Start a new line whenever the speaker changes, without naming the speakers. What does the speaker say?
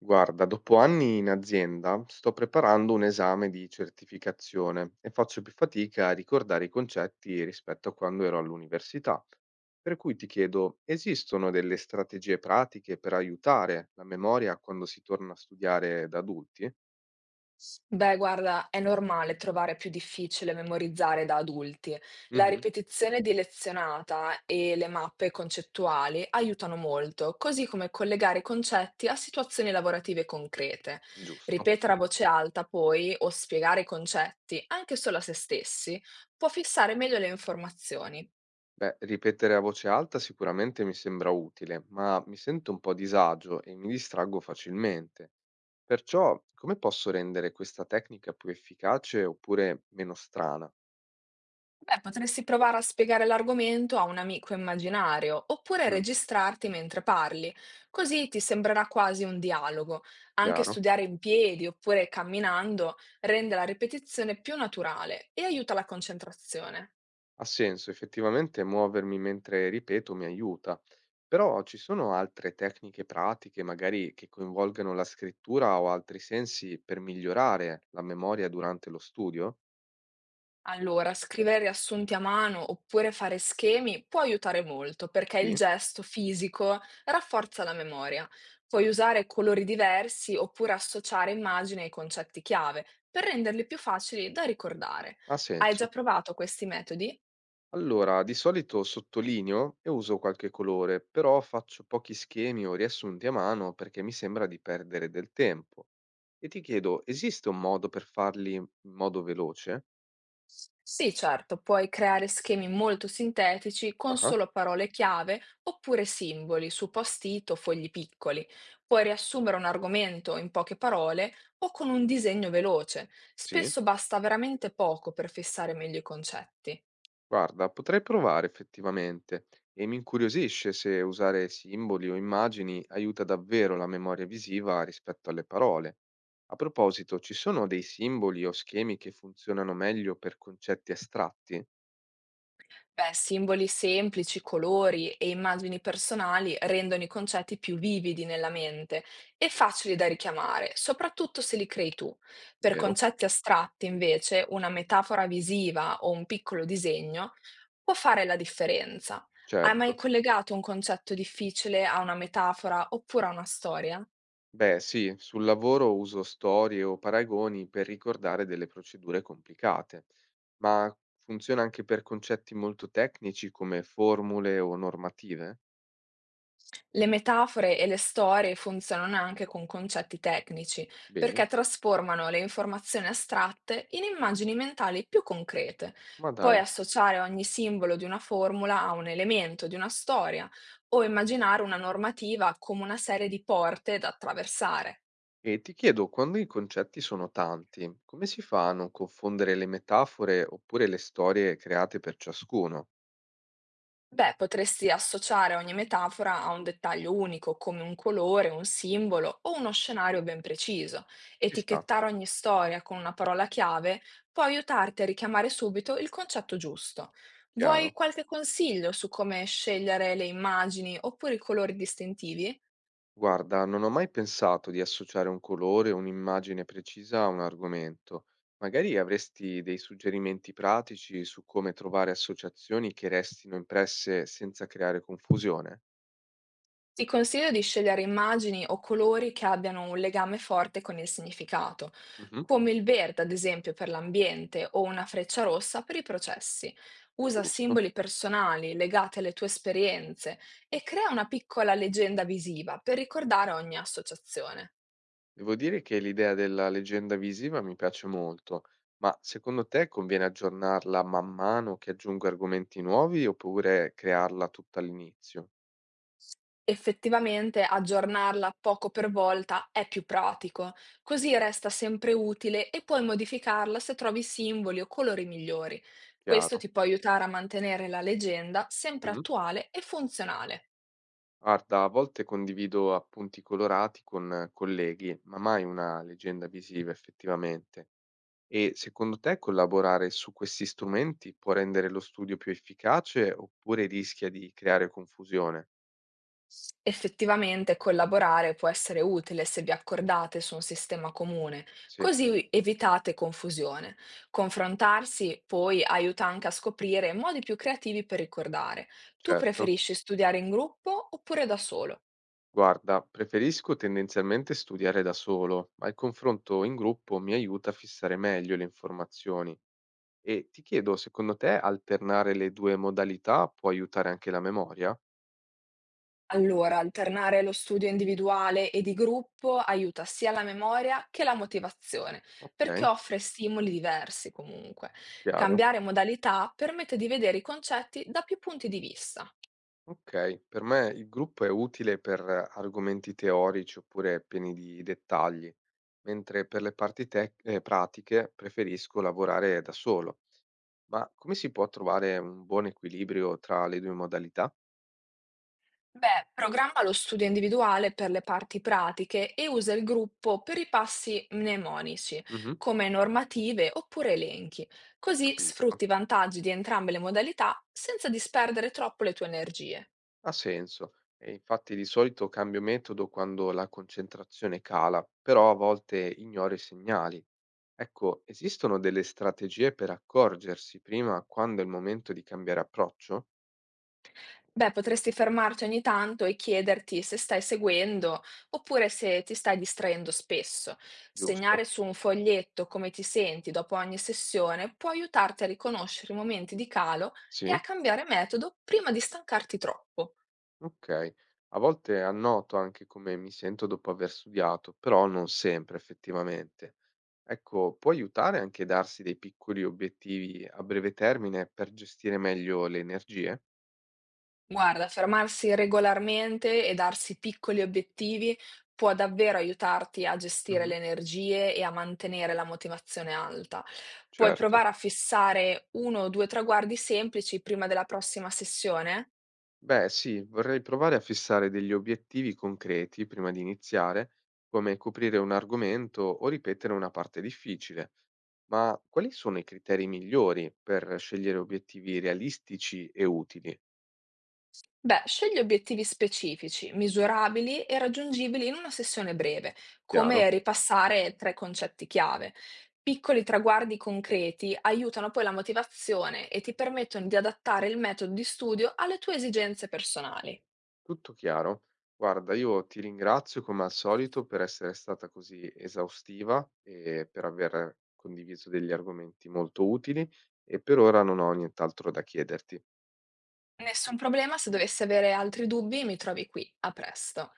Guarda, dopo anni in azienda sto preparando un esame di certificazione e faccio più fatica a ricordare i concetti rispetto a quando ero all'università. Per cui ti chiedo, esistono delle strategie pratiche per aiutare la memoria quando si torna a studiare da adulti?
Beh, guarda, è normale trovare più difficile memorizzare da adulti. La
Mhm,
ripetizione di lezionata e le mappe concettuali aiutano molto, così come collegare i concetti a situazioni lavorative concrete.
giusto.
Ripetere a voce alta, poi, o spiegare i concetti anche solo a se stessi, può fissare meglio le informazioni.
Beh, ripetere a voce alta sicuramente mi sembra utile, ma mi sento un po' a disagio e mi distraggo facilmente. Perciò, come posso rendere questa tecnica più efficace oppure meno strana?
Beh, potresti provare a spiegare l'argomento a un amico immaginario, oppure
Mm,
registrarti mentre parli, così ti sembrerà quasi un dialogo. Anche
chiaro?
studiare in piedi oppure camminando rende la ripetizione più naturale e aiuta la concentrazione.
Ha senso, effettivamente muovermi mentre ripeto mi aiuta, però ci sono altre tecniche pratiche, magari che coinvolgano la scrittura o altri sensi per migliorare la memoria durante lo studio?
Allora, scrivere riassunti a mano oppure fare schemi può aiutare molto perché il
Sì,
gesto fisico rafforza la memoria. Puoi usare colori diversi oppure associare immagini ai concetti chiave per renderli più facili da ricordare.
ha
Hai già
senso.
provato questi metodi?
Allora, di solito sottolineo e uso qualche colore, però faccio pochi schemi o riassunti a mano perché mi sembra di perdere del tempo. E ti chiedo, esiste un modo per farli in modo veloce?
Sì, certo, puoi creare schemi molto sintetici con
Ah,
solo parole chiave oppure simboli su post-it o fogli piccoli. Puoi riassumere un argomento in poche parole o con un disegno veloce.
sì.
Spesso basta veramente poco per fissare meglio i concetti.
Guarda, potrei provare effettivamente e mi incuriosisce se usare simboli o immagini aiuta davvero la memoria visiva rispetto alle parole. A proposito, ci sono dei simboli o schemi che funzionano meglio per concetti astratti?
Beh, simboli semplici, colori e immagini personali rendono i concetti più vividi nella mente e facili da richiamare, soprattutto se li crei tu. Per
Vero?
concetti astratti, invece, una metafora visiva o un piccolo disegno può fare la differenza. Hai mai
Certo.
collegato un concetto difficile a una metafora oppure a una storia?
Beh, sì, sul lavoro uso storie o paragoni per ricordare delle procedure complicate, ma funziona anche per concetti molto tecnici come formule o normative?
Le metafore e le storie funzionano anche con concetti tecnici, perché
Bene,
trasformano le informazioni astratte in immagini mentali più concrete.
ma
Puoi
dai.
associare ogni simbolo di una formula a un elemento di una storia o immaginare una normativa come una serie di porte da attraversare.
E ti chiedo, quando i concetti sono tanti, come si fa a non confondere le metafore oppure le storie create per ciascuno?
Beh, potresti associare ogni metafora a un dettaglio unico, come un colore, un simbolo o uno scenario ben preciso.
Ci sta,
Etichettare ogni storia con una parola chiave può aiutarti a richiamare subito il concetto giusto. Vuoi
chiaro?
qualche consiglio su come scegliere le immagini oppure i colori distintivi?
Guarda, non ho mai pensato di associare un colore o un'immagine precisa a un argomento. Magari avresti dei suggerimenti pratici su come trovare associazioni che restino impresse senza creare confusione?
Ti consiglio di scegliere immagini o colori che abbiano un legame forte con il significato,
Mhm,
come il verde, ad esempio, per l'ambiente o una freccia rossa per i processi. Usa
giusto.
simboli personali legati alle tue esperienze e crea una piccola leggenda visiva per ricordare ogni associazione.
Devo dire che l'idea della leggenda visiva mi piace molto, ma secondo te conviene aggiornarla man mano che aggiungo argomenti nuovi oppure crearla tutta all'inizio?
Effettivamente aggiornarla poco per volta è più pratico, così resta sempre utile e puoi modificarla se trovi simboli o colori migliori. Questo
Chiaro.
ti può aiutare a mantenere la leggenda sempre
Mhm.
attuale e funzionale.
Guarda, a volte condivido appunti colorati con colleghi, ma mai una leggenda visiva effettivamente. E secondo te collaborare su questi strumenti può rendere lo studio più efficace oppure rischia di creare confusione?
Effettivamente collaborare può essere utile se vi accordate su un sistema comune,
Sì,
così evitate confusione. Confrontarsi poi aiuta anche a scoprire modi più creativi per ricordare. Tu
certo.
preferisci studiare in gruppo oppure da solo?
Guarda, preferisco tendenzialmente studiare da solo, ma il confronto in gruppo mi aiuta a fissare meglio le informazioni. E ti chiedo, secondo te alternare le due modalità può aiutare anche la memoria?
Allora, alternare lo studio individuale e di gruppo aiuta sia la memoria che la motivazione, perché
Ok,
offre stimoli diversi comunque.
chiaro.
Cambiare modalità permette di vedere i concetti da più punti di vista.
Okay, per me il gruppo è utile per argomenti teorici oppure pieni di dettagli, mentre per le parti pratiche preferisco lavorare da solo. Ma come si può trovare un buon equilibrio tra le due modalità?
Beh, programma lo studio individuale per le parti pratiche e usa il gruppo per i passi mnemonici,
Mhm,
come normative oppure elenchi. Così sfrutti
capisco.
i vantaggi di entrambe le modalità senza disperdere troppo le tue energie.
Ha senso. E infatti di solito cambio metodo quando la concentrazione cala, però a volte ignoro i segnali. Ecco, esistono delle strategie per accorgersi prima quando è il momento di cambiare approccio?
Beh, potresti fermarti ogni tanto e chiederti se stai seguendo oppure se ti stai distraendo spesso.
Giusto?
Segnare su un foglietto come ti senti dopo ogni sessione può aiutarti a riconoscere i momenti di calo e
Sì?
a cambiare metodo prima di stancarti troppo.
Okay. A volte annoto anche come mi sento dopo aver studiato, però non sempre effettivamente. Ecco, può aiutare anche darsi dei piccoli obiettivi a breve termine per gestire meglio le energie?
Guarda, fermarsi regolarmente e darsi piccoli obiettivi può davvero aiutarti a gestire
Mh-mh.
le energie e a mantenere la motivazione alta. Puoi
Certo.
provare a fissare uno o due traguardi semplici prima della prossima sessione?
Beh sì, vorrei provare a fissare degli obiettivi concreti prima di iniziare, come coprire un argomento o ripetere una parte difficile. Ma quali sono i criteri migliori per scegliere obiettivi realistici e utili?
Beh, scegli obiettivi specifici, misurabili e raggiungibili in una sessione breve, come
Chiaro?
ripassare tre concetti chiave. Piccoli traguardi concreti aiutano poi la motivazione e ti permettono di adattare il metodo di studio alle tue esigenze personali.
Tutto chiaro. Guarda, io ti ringrazio come al solito per essere stata così esaustiva e per aver condiviso degli argomenti molto utili e per ora non ho nient'altro da chiederti.
Nessun problema, se dovessi avere altri dubbi, mi trovi qui. A presto.